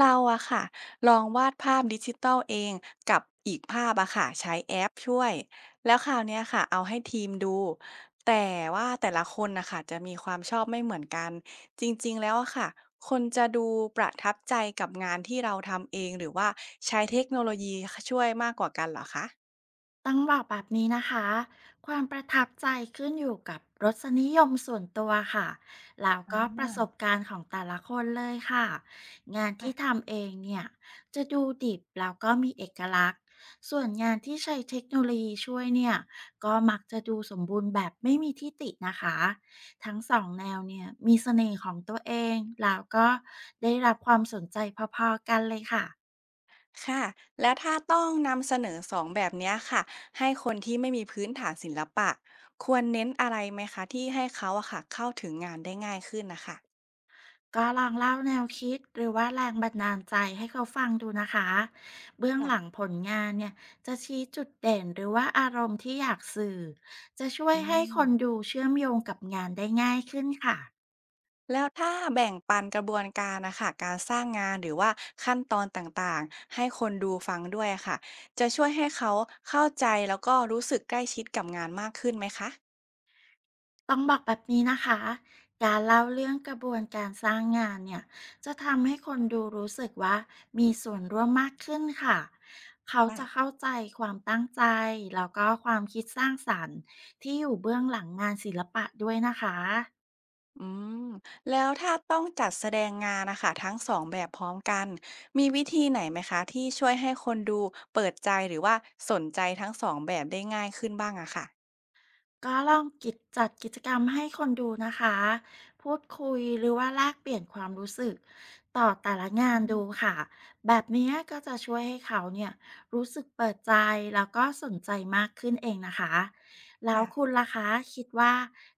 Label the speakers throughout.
Speaker 1: เราอะค่ะลองวาดภาพดิจิตัลเองกับอีกภาพอะค่ะใช้แอปช่วยแล้วคราวเนี้ยค่ะเอาให้ทีมดูแต่ว่าแต่ละคนนะคะจะมีความชอบไม่เหมือนกันจริงๆแล้วอะค่ะคนจะดูประทับใจกับงานที่เราทำเองหรือว่าใช้เทคโนโลยีช่วยมากกว่ากันเหรอคะ
Speaker 2: ต้องบอกแบบนี้นะคะ ความประทับใจขึ้นอยู่กับรสนิยมส่วนตัวค่ะ แล้วก็ประสบการณ์ของแต่ละคนเลยค่ะ งาน
Speaker 1: อา
Speaker 2: ที่ทำเองเนี่ยจะดูดิบแล้วก็มีเอกลักษณ์ส่วนงานที่ใช้เทคโนโลยีช่วยเนี่ยก็มักจะดูสมบูรณ์แบบไม่มีที่ตินะคะทั้งสองแนวเนี่ยมีเสน่ห์ของตัวเองแล้วก็ได้รับความสนใจพอๆกันเลยค่ะ
Speaker 1: ค่ะแล้วถ้าต้องนำเสนอสองแบบเนี้ยค่ะให้คนที่ไม่มีพื้นฐานศิลปะควรเน้นอะไรไหมคะที่ให้เขาอะค่ะเข้าถึงงานได้ง่ายขึ้นนะคะ
Speaker 2: ก็ลองเล่าแนวคิดหรือว่าแรงบันดาลใจให้เขาฟังดูนะคะเบื้องหลัง
Speaker 1: ค่ะ
Speaker 2: ผลงานเนี่ยจะชี้จุดเด่นหรือว่าอารมณ์ที่อยากสื่อจะช่วย
Speaker 1: อื
Speaker 2: ให้
Speaker 1: ม
Speaker 2: คนดูเชื่อมโยงกับงานได้ง่ายขึ้นค่ะ
Speaker 1: แล้วถ้าแบ่งปันกระบวนการนะคะการสร้างงานหรือว่าขั้นตอนต่างๆให้คนดูฟังด้วยอะค่ะจะช่วยให้เขาเข้าใจแล้วก็รู้สึกใกล้ชิดกับงานมากขึ้นไหมคะ
Speaker 2: ต้องบอกแบบนี้นะคะการเล่าเรื่องกระบวนการสร้างงานเนี่ยจะทำให้คนดูรู้สึกว่ามีส่วนร่วมมากขึ้นค่ะเขาจะเข้าใจความตั้งใจแล้วก็ความคิดสร้างสรรค์ที่อยู่เบื้องหลังงานศิลปะด้วยนะคะ
Speaker 1: อืมแล้วถ้าต้องจัดแสดงงานนะคะทั้งสองแบบพร้อมกันมีวิธีไหนไหมคะที่ช่วยให้คนดูเปิดใจหรือว่าสนใจทั้งสองแบบได้ง่ายขึ้นบ้างอะค่ะ
Speaker 2: ก็ลองจัดกิจกรรมให้คนดูนะคะพูดคุยหรือว่าแลกเปลี่ยนความรู้สึกต่อแต่ละงา
Speaker 1: อื
Speaker 2: น
Speaker 1: ม
Speaker 2: ดูค่ะแบบนี้ก็จะช่วยให้เขาเนี่ยรู้สึกเปิดใจแล้วก็สนใจมากขึ้นเองนะคะแล้ว
Speaker 1: ค่ะ
Speaker 2: คุณล่ะคะคิดว่า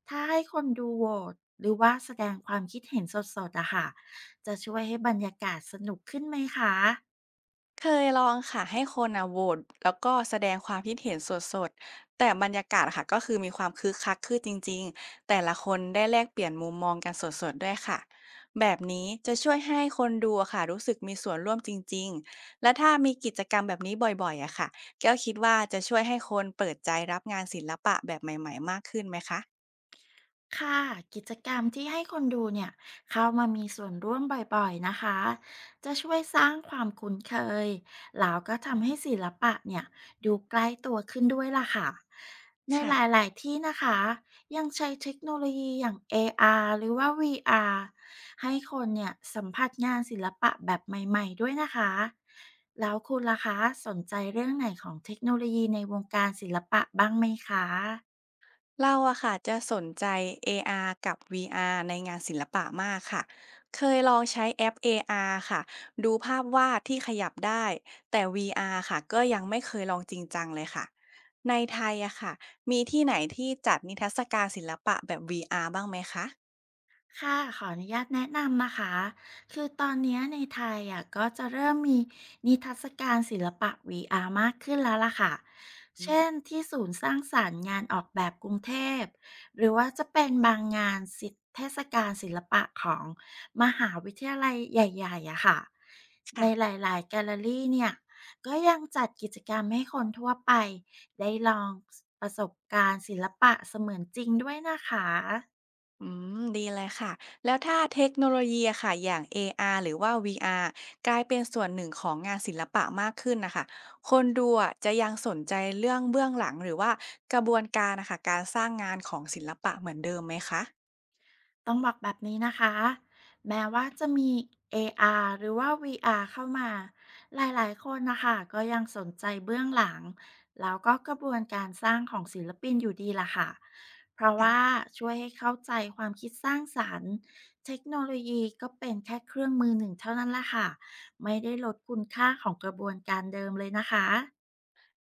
Speaker 2: ถ้าให้คนดูโหวตหรือว่าแสดงความคิดเห็นสดๆอะค่ะจะช่วยให้บรรยากาศสนุกขึ้นไหมคะ
Speaker 1: เคยลองค่ะให้คนอ่ะโหวตแล้วก็แสดงความคิดเห็นสดๆแต่บรรยากาศค่ะก็คือมีความคึกคักขึ้นจริงๆแต่ละคนได้แลกเปลี่ยนมุมมองกันสดๆด้วยค่ะแบบนี้จะช่วยให้คนดูอะค่ะรู้สึกมีส่วนร่วมจริงๆและถ้ามีกิจกรรมแบบนี้บ่อยๆอะค่ะแก้วคิดว่าจะช่วยให้คนเปิดใจรับงานศิลปะแบบใหม่ๆมากขึ้นไหมคะ
Speaker 2: ค่ะกิจกรรมที่ให้คนดูเนี่ยเข้ามามีส่วนร่วมบ่อยๆนะคะจะช่วยสร้างความคุ้นเคยแล้วก็ทำให้ศิลปะเนี่ยดูใกล้ตัวขึ้นด้วยล่ะค่ะใน
Speaker 1: ค่ะ
Speaker 2: หลายๆที่นะคะยังใช้เทคโนโลยีอย่าง AR หรือว่า VR ให้คนเนี่ยสัมผัสงานศิลปะแบบใหม่ๆด้วยนะคะแล้วคุณล่ะคะสนใจเรื่องไหนของเทคโนโลยีในวงการศิลปะบ้างไหมคะ
Speaker 1: เราอะค่ะจะสนใจ AR กับ VR ในงานศิลปะมากค่ะเคยลองใช้แอป AR ค่ะดูภาพวาดที่ขยับได้แต่ VR ค่ะก็ยังไม่เคยลองจริงจังเลยค่ะในไทยอะค่ะมีที่ไหนที่จัดนิทรรศการศิลปะแบบ VR บ้างไหมคะ
Speaker 2: ค่ะขออนุญาตแนะนำนะคะคือตอนเนี้ยในไทยอ่ะก็จะเริ่มมีนิทรรศการศิลปะ VR มากขึ้นแล้วล่ะค่ะเช่นที่ศูนย์สร้างสรรค์งานออกแบบกรุงเทพหรือว่าจะเป็นบางงานศิลป์เทศกาลศิลปะของมหาวิทยาลัยใหญ่ๆอะค่ะในห
Speaker 1: ค่ะ
Speaker 2: ลายๆแกลเลอรี่เนี่ยก็ยังจัดกิจกรรมให้คนทั่วไปได้ลองประสบการณ์ศิลปะเสมือนจริงด้วยนะคะ
Speaker 1: อืมดีเลยค่ะแล้วถ้าเทคโนโลยีอะค่ะอย่าง AR หรือว่า VR กลายเป็นส่วนหนึ่งของงานศิลปะมากขึ้นนะคะคนดูอะจะยังสนใจเรื่องเบื้องหลังหรือว่ากระบวนการนะคะการสร้างงานของศิลปะเหมือนเดิมไหมคะ
Speaker 2: ต้องบอกแบบนี้นะคะ แม้ว่าจะมี AR หรือว่า VR เข้ามา หลายๆคนนะคะ ก็ยังสนใจเบื้องหลัง แล้วก็กระบวนการสร้างของศิลปินอยู่ดีล่ะค่ะ เพราะว่า
Speaker 1: ค่ะ
Speaker 2: ช่วยให้เข้าใจความคิดสร้างสารรค์เทคโนโลยีก็เป็นแค่เครื่องมือหนึ่งเท่านั้นล่ะค่ะ ไม่ได้ลดคุณค่าของกระบวนการเดิมเลยนะคะ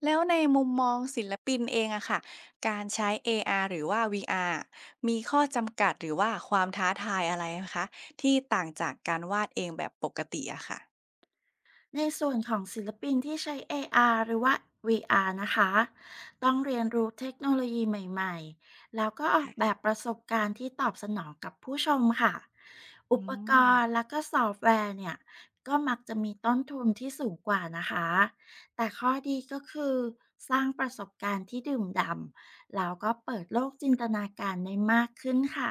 Speaker 1: แล้วในมุมมองศิลปินเองอะค่ะการใช้ AR หรือว่า VR มีข้อจำกัดหรือว่าความท้าทายอะไรไหมคะที่ต่างจากการวาดเองแบบปกติอะค่ะ
Speaker 2: ในส่วนของศิลปินที่ใช้ AR หรือว่า VR นะคะต้องเรียนรู้เทคโนโลยีใหม่ๆแล้วก็ออกแบบประสบการณ์ที่ตอบสนองกับผู้ชมค่ะ
Speaker 1: อื
Speaker 2: อุปกรณ์
Speaker 1: ม
Speaker 2: และก็ซอฟต์แวร์เนี่ยก็มักจะมีต้นทุนที่สูงกว่านะคะแต่ข้อดีก็คือสร้างประสบการณ์ที่ดื่มด่ำแล้วก็เปิดโลกจินตนาการได้มากขึ้นค่ะ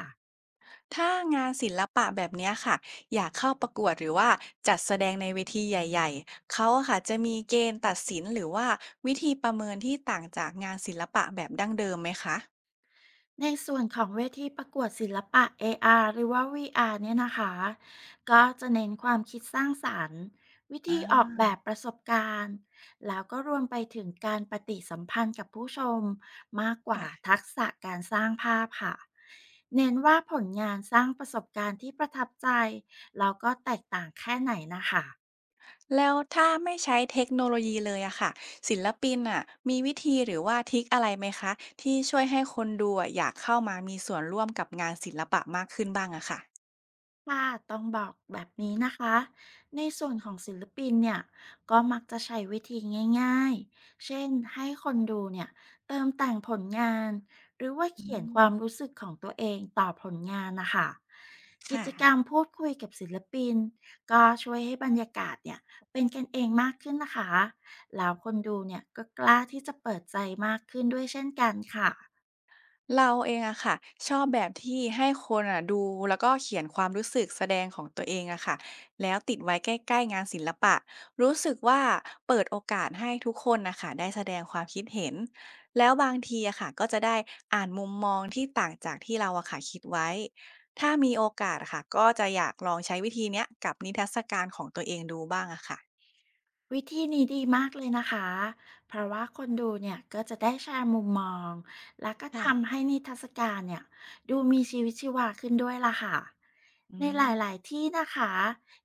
Speaker 1: ถ้างานศิลปะแบบเนี้ยค่ะอยากเข้าประกวดหรือว่าจัดแสดงในเวทีใหญ่ๆเขาอะค่ะจะมีเกณฑ์ตัดสินหรือว่าวิธีประเมินที่ต่างจากงานศิลปะแบบดั้งเดิมไหมคะ
Speaker 2: ในส่วนของเวทีประกวดศิลปะ AR หรือว่า VR เนี่ยนะคะ ก็จะเน้นความคิดสร้างสรรค์วิ
Speaker 1: อ
Speaker 2: ธีออกแบ
Speaker 1: า
Speaker 2: บประสบการณ์แล้วก็รวมไปถึงการปฏิสัมพันธ์กับผู้ชมมากกว่า
Speaker 1: ค่ะ
Speaker 2: ทักษะการสร้างภาพค่ะเน้นว่าผลงานสร้างประสบการณ์ที่ประทับใจแล้วก็แตกต่างแค่ไหนนะคะ
Speaker 1: แล้วถ้าไม่ใช้เทคโนโลยีเลยอะค่ะศิลปินอะมีวิธีหรือว่าทริคอะไรไหมคะที่ช่วยให้คนดูอะอยากเข้ามามีส่วนร่วมกับงานศิลปะมากขึ้นบ้างอะค่ะ
Speaker 2: ค่ะต้องบอกแบบนี้นะคะ ในส่วนของศิลปินเนี่ยก็มักจะใช้วิธีง่ายๆเช่นให้คนดูเนี่ยเติมแต่งผลงาน หรือว่า
Speaker 1: อื
Speaker 2: เขียนค
Speaker 1: ม
Speaker 2: วามรู้สึกของตัวเองต่อผลงานนะคะกิ
Speaker 1: ค่ะ
Speaker 2: จกรรมพูดคุยกับศิลปินก็ช่วยให้บรรยากาศเนี่ยเป็นกันเองมากขึ้นนะคะ แล้วคนดูเนี่ยก็กล้าที่จะเปิดใจมากขึ้นด้วยเช่นกันค่ะ
Speaker 1: เราเองอะค่ะชอบแบบที่ให้คนอะดูแล้วก็เขียนความรู้สึกแสดงของตัวเองอะค่ะแล้วติดไว้ใกล้ๆงานศิลปะรู้สึกว่าเปิดโอกาสให้ทุกคนนะคะได้แสดงความคิดเห็นแล้วบางทีอะค่ะก็จะได้อ่านมุมมองที่ต่างจากที่เราอะค่ะคิดไว้ถ้ามีโอกาสอะค่ะก็จะอยากลองใช้วิธีเนี้ยกับนิทรรศการของตัวเองดูบ้างอะค่ะ
Speaker 2: วิธีนี้ดีมากเลยนะคะ เพราะว่าคนดูเนี่ยก็จะได้แชร์มุมมอง แล้วก็ทำ
Speaker 1: ค่ะ
Speaker 2: ให้นิทรรศการเนี่ยดูมีชีวิตชีวาขึ้นด้วยล่ะค่ะ
Speaker 1: อื
Speaker 2: ในห
Speaker 1: ม
Speaker 2: ลายๆ ที่นะคะ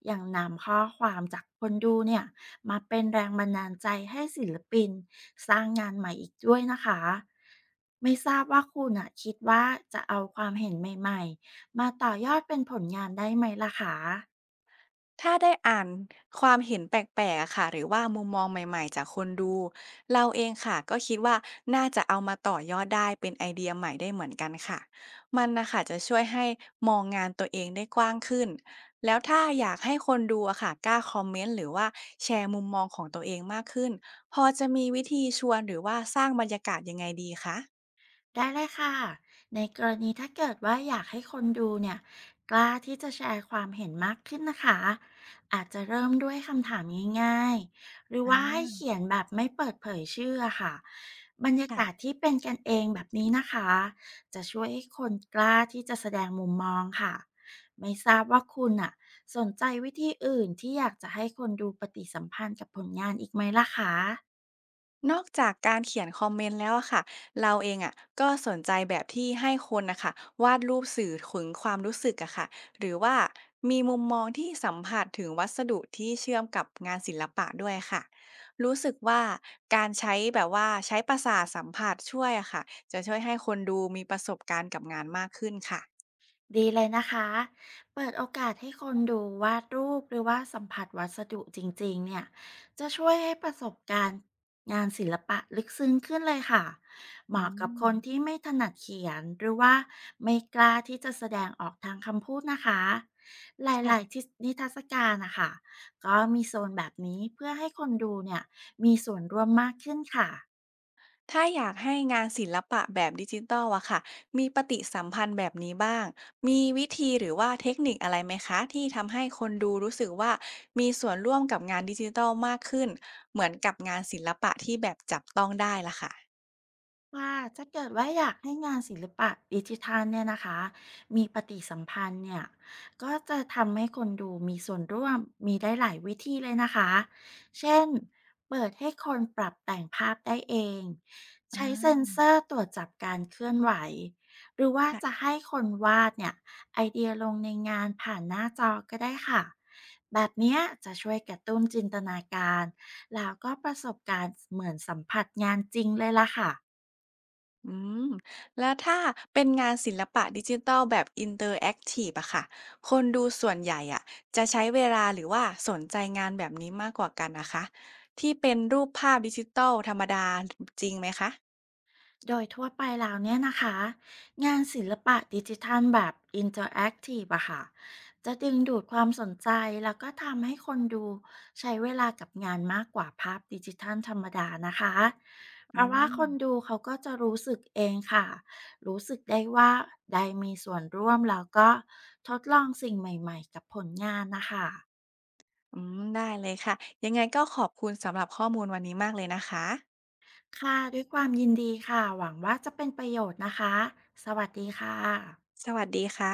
Speaker 2: ยังนำข้อความจากคนดูเนี่ยมาเป็นแรงบันดาลใจให้ศิลปินสร้างงานใหม่อีกด้วยนะคะ ไม่ทราบว่าคุณอะคิดว่าจะเอาความเห็นใหม่ๆ มาต่อยอดเป็นผลงานได้ไหมล่ะคะ
Speaker 1: ถ้าได้อ่านความเห็นแปลกๆอะค่ะหรือว่ามุมมองใหม่ๆจากคนดู เราเองค่ะก็คิดว่าน่าจะเอามาต่อยอดได้เป็นไอเดียใหม่ได้เหมือนกันค่ะ มันน่ะค่ะจะช่วยให้มองงานตัวเองได้กว้างขึ้น แล้วถ้าอยากให้คนดูอะค่ะกล้าคอมเมนต์หรือว่าแชร์มุมมองของตัวเองมากขึ้น พอจะมีวิธีชวนหรือว่าสร้างบรรยากาศยังไงดีคะ
Speaker 2: ได้เลยค่ะในกรณีถ้าเกิดว่าอยากให้คนดูเนี่ยกล้าที่จะแชร์ความเห็นมากขึ้นนะคะอาจจะเริ่มด้วยคำถามง่ายๆหรือว่าให้
Speaker 1: อา
Speaker 2: เขียนแบบไม่เปิดเผยชื่ออะค่ะบรรยา
Speaker 1: ค่ะ
Speaker 2: กาศที่เป็นกันเองแบบนี้นะคะจะช่วยให้คนกล้าที่จะแสดงมุมมองค่ะไม่ทราบว่าคุณอะสนใจวิธีอื่นที่อยากจะให้คนดูปฏิสัมพันธ์กับผลงานอีกไหมล่ะคะ
Speaker 1: นอกจากการเขียนคอมเมนต์แล้วอะค่ะเราเองอะก็สนใจแบบที่ให้คนนะคะวาดรูปสื่อถึงความรู้สึกอะค่ะหรือว่ามีมุมมองที่สัมผัสถึงวัสดุที่เชื่อมกับงานศิลปะด้วยค่ะรู้สึกว่าการใช้แบบว่าใช้ประสาทสัมผัสช่วยอะค่ะจะช่วยให้คนดูมีประสบการณ์กับงานมากขึ้นค่ะ
Speaker 2: ดีเลยนะคะ เปิดโอกาสให้คนดูวาดรูปหรือว่าสัมผัสวัสดุจริงๆเนี่ยจะช่วยให้ประสบการณ์งานศิลปะลึกซึ้งขึ้นเลยค่ะเห
Speaker 1: อื
Speaker 2: มาะกับ
Speaker 1: ม
Speaker 2: คนที่ไม่ถนัดเขียนหรือว่าไม่กล้าที่จะแสดงออกทางคำพูดนะคะห
Speaker 1: ค่ะ
Speaker 2: ลายๆที่นิทรรศการนะคะก็มีโซนแบบนี้เพื่อให้คนดูเนี่ยมีส่วนร่วมมากขึ้นค่ะ
Speaker 1: ถ้าอยากให้งานศิลปะแบบดิจิทัลอะค่ะมีปฏิสัมพันธ์แบบนี้บ้างมีวิธีหรือว่าเทคนิคอะไรไหมคะที่ทำให้คนดูรู้สึกว่ามีส่วนร่วมกับงานดิจิทัลมากขึ้นเหมือนกับงานศิลปะที่แบบจับต้องได้ล่ะค่ะ
Speaker 2: ว่าถ้าเกิดว่าอยากให้งานศิลปะดิจิทัลเนี่ยนะคะมีปฏิสัมพันธ์เนี่ยก็จะทำให้คนดูมีส่วนร่วมมีได้หลายวิธีเลยนะคะเช่นเปิดให้คนปรับแต่งภาพได้เอง
Speaker 1: อา
Speaker 2: ใช้เซ็นเซอร์ตรวจจับการเคลื่อนไหวหรือว่าจะให้คนวาดเนี่ยไอเดียลงในงานผ่านหน้าจอก็ได้ค่ะแบบเนี้ยจะช่วยกระตุ้นจินตนาการแล้วก็ประสบการณ์เหมือนสัมผัสงานจริงเลยล่ะค่ะ
Speaker 1: อืมแล้วถ้าเป็นงานศิลปะดิจิทัลแบบอินเตอร์แอคทีฟอะค่ะคนดูส่วนใหญ่อะจะใช้เวลาหรือว่าสนใจงานแบบนี้มากกว่ากันนะคะที่เป็นรูปภาพดิจิทัลธรรมดาจริงไหมคะ
Speaker 2: โดยทั่วไปแล้วเนี่ยนะคะงานศิลปะดิจิทัลแบบอินเ r อร์แอคทีฟอะค่ะจะดึงดูดความสนใจแล้วก็ทำให้คนดูใช้เวลากับงานมากกว่าภาพดิจิทัลธรรมดานะคะเพ
Speaker 1: อื
Speaker 2: ราะว่า
Speaker 1: ม
Speaker 2: คนดูเขาก็จะรู้สึกเองค่ะรู้สึกได้ว่าได้มีส่วนร่วมแล้วก็ทดลองสิ่งใหม่ๆกับผลงานนะคะ
Speaker 1: อืมได้เลยค่ะยังไงก็ขอบคุณสำหรับข้อมูลวันนี้มากเลยนะคะ
Speaker 2: ค่ะด้วยความยินดีค่ะหวังว่าจะเป็นประโยชน์นะคะสวัสดีค่ะ
Speaker 1: สวัสดีค่ะ